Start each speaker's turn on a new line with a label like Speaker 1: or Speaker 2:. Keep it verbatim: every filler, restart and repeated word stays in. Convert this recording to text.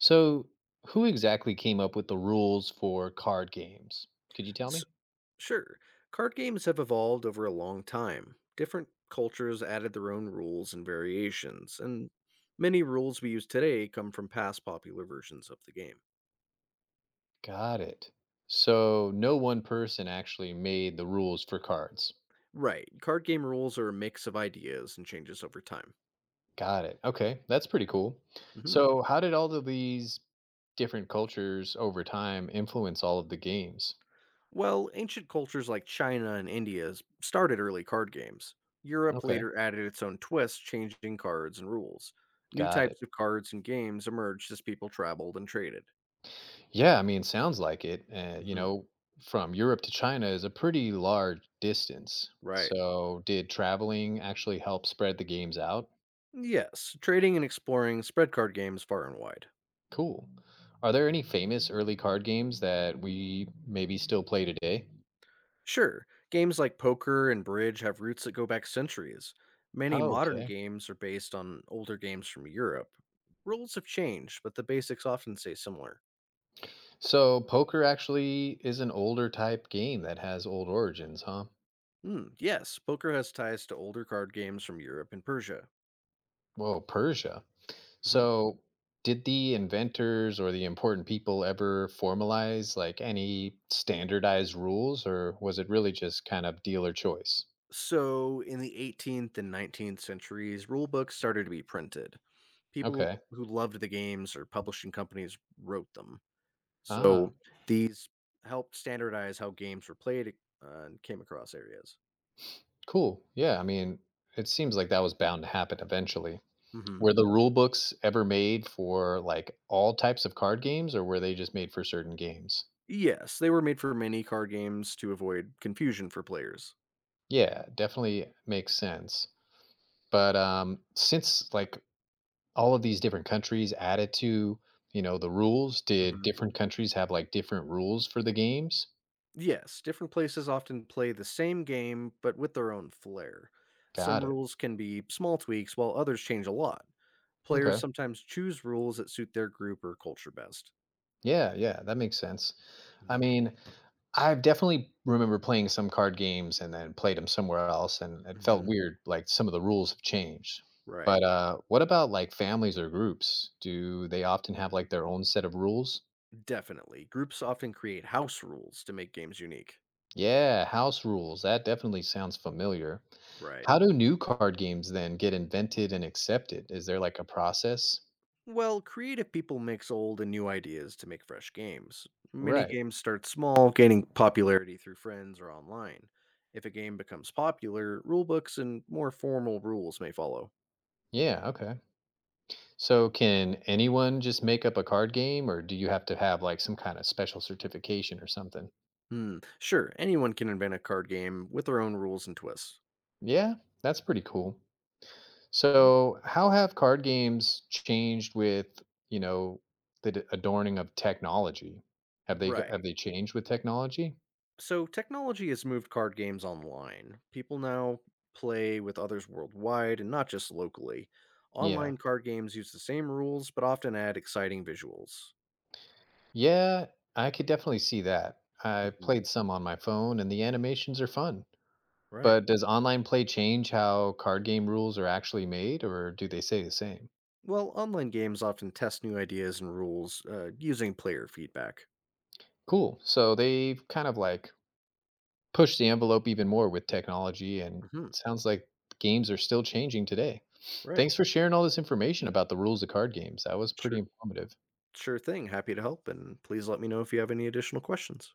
Speaker 1: So, who exactly came up with the rules for card games? Could you tell
Speaker 2: S-
Speaker 1: me?
Speaker 2: Sure. Card games have evolved over a long time. Different cultures added their own rules and variations, and many rules we use today come from past popular versions of the game.
Speaker 1: Got it. So, no one person actually made the rules for cards.
Speaker 2: Right, card game rules are a mix of ideas and changes over time.
Speaker 1: Got it. Okay, that's pretty cool.
Speaker 2: hmm
Speaker 1: So, how did all of these different cultures over time influence all of the games?
Speaker 2: Well, ancient cultures like China and India s- started early card games. Europe
Speaker 1: Okay,
Speaker 2: later added its own twist, changing cards and rules. New
Speaker 1: got it.
Speaker 2: types of cards and games emerged as people traveled and traded.
Speaker 1: Yeah, I mean, sounds like it. Uh, you
Speaker 2: hmm
Speaker 1: know, from Europe to China is a pretty large distance.
Speaker 2: Right.
Speaker 1: So, did traveling actually help spread the games out?
Speaker 2: Yes, trading and exploring spread card games far and wide.
Speaker 1: Cool. Are there any famous early card games that we maybe still play today?
Speaker 2: Sure, games like poker and bridge have roots that go back centuries. Many
Speaker 1: Oh,
Speaker 2: modern
Speaker 1: okay.
Speaker 2: games are based on older games from Europe. Rules have changed, but the basics often stay similar.
Speaker 1: So poker actually is an older type game that has old origins, huh?
Speaker 2: Hmm, yes, poker has ties to older card games from Europe and Persia.
Speaker 1: Whoa, Persia.
Speaker 2: Mhm.
Speaker 1: So did the inventors or the important people ever formalize like any standardized rules, or was it really just kind of dealer choice?
Speaker 2: So, in the eighteenth and nineteenth centuries, rule books started to be printed. People
Speaker 1: Okay.
Speaker 2: who loved the games or publishing companies wrote them. So
Speaker 1: Ah,
Speaker 2: these helped standardize how games were played, uh, and came across areas.
Speaker 1: cool. Yeah, I mean, it seems like that was bound to happen eventually.
Speaker 2: hmm
Speaker 1: Were the rule books ever made for, like, all types of card games, or were they just made for certain games?
Speaker 2: Yes, they were made for many card games to avoid confusion for players.
Speaker 1: Yeah, definitely makes sense. But, um, since, like, all of these different countries added to, you know, the rules, did
Speaker 2: hmm
Speaker 1: different countries have, like, different rules for the games?
Speaker 2: Yes, different places often play the same game but with their own flair. Some
Speaker 1: Got it.
Speaker 2: rules can be small tweaks while others change a lot. Players
Speaker 1: Okay.
Speaker 2: sometimes choose rules that suit their group or culture best.
Speaker 1: Yeah, yeah, that makes sense. I
Speaker 2: hmm
Speaker 1: mean, I've definitely remember playing some card games and then played them somewhere else, and it felt
Speaker 2: hmm
Speaker 1: weird. Like some of the rules have changed.
Speaker 2: Right,
Speaker 1: But uh, what about like families or groups? Do they often have like their own set of rules?
Speaker 2: definitely. Groups often create house rules to make games unique.
Speaker 1: Yeah, house rules. That definitely sounds familiar.
Speaker 2: Right.
Speaker 1: How do new card games then get invented and accepted? Is there like a process?
Speaker 2: Well, creative people mix old and new ideas to make fresh games. Many
Speaker 1: Right.
Speaker 2: games start small, gaining popularity through friends or online. If a game becomes popular, rulebooks and more formal rules may follow.
Speaker 1: Yeah. Okay. So can anyone just make up a card game, or do you have to have like some kind of special certification or something?
Speaker 2: Hmm, sure, anyone can invent a card game with their own rules and twists.
Speaker 1: Yeah, that's pretty cool.
Speaker 2: Hmm,
Speaker 1: So, how have card games changed with, you know, the d- adorning of technology? Have they g- have
Speaker 2: right.
Speaker 1: they changed with technology?
Speaker 2: So technology has moved card games online. People now play with others worldwide and not just locally.
Speaker 1: Yeah.
Speaker 2: Online card games use the same rules but often add exciting visuals.
Speaker 1: Yeah, I could definitely see that. I
Speaker 2: Mhm,
Speaker 1: played some on my phone and the animations are fun.
Speaker 2: right.
Speaker 1: But does online play change how card game rules are actually made or do they stay the same?
Speaker 2: Well, online games often test new ideas and rules, uh, using player feedback.
Speaker 1: Cool. So, they've kind of like push the envelope even more with technology, and it
Speaker 2: hmm
Speaker 1: sounds like games are still changing today.
Speaker 2: Right.
Speaker 1: Thanks for sharing all this information about the rules of card games. That was pretty
Speaker 2: Sure,
Speaker 1: informative.
Speaker 2: sure thing. Happy to help, and please let me know if you have any additional questions.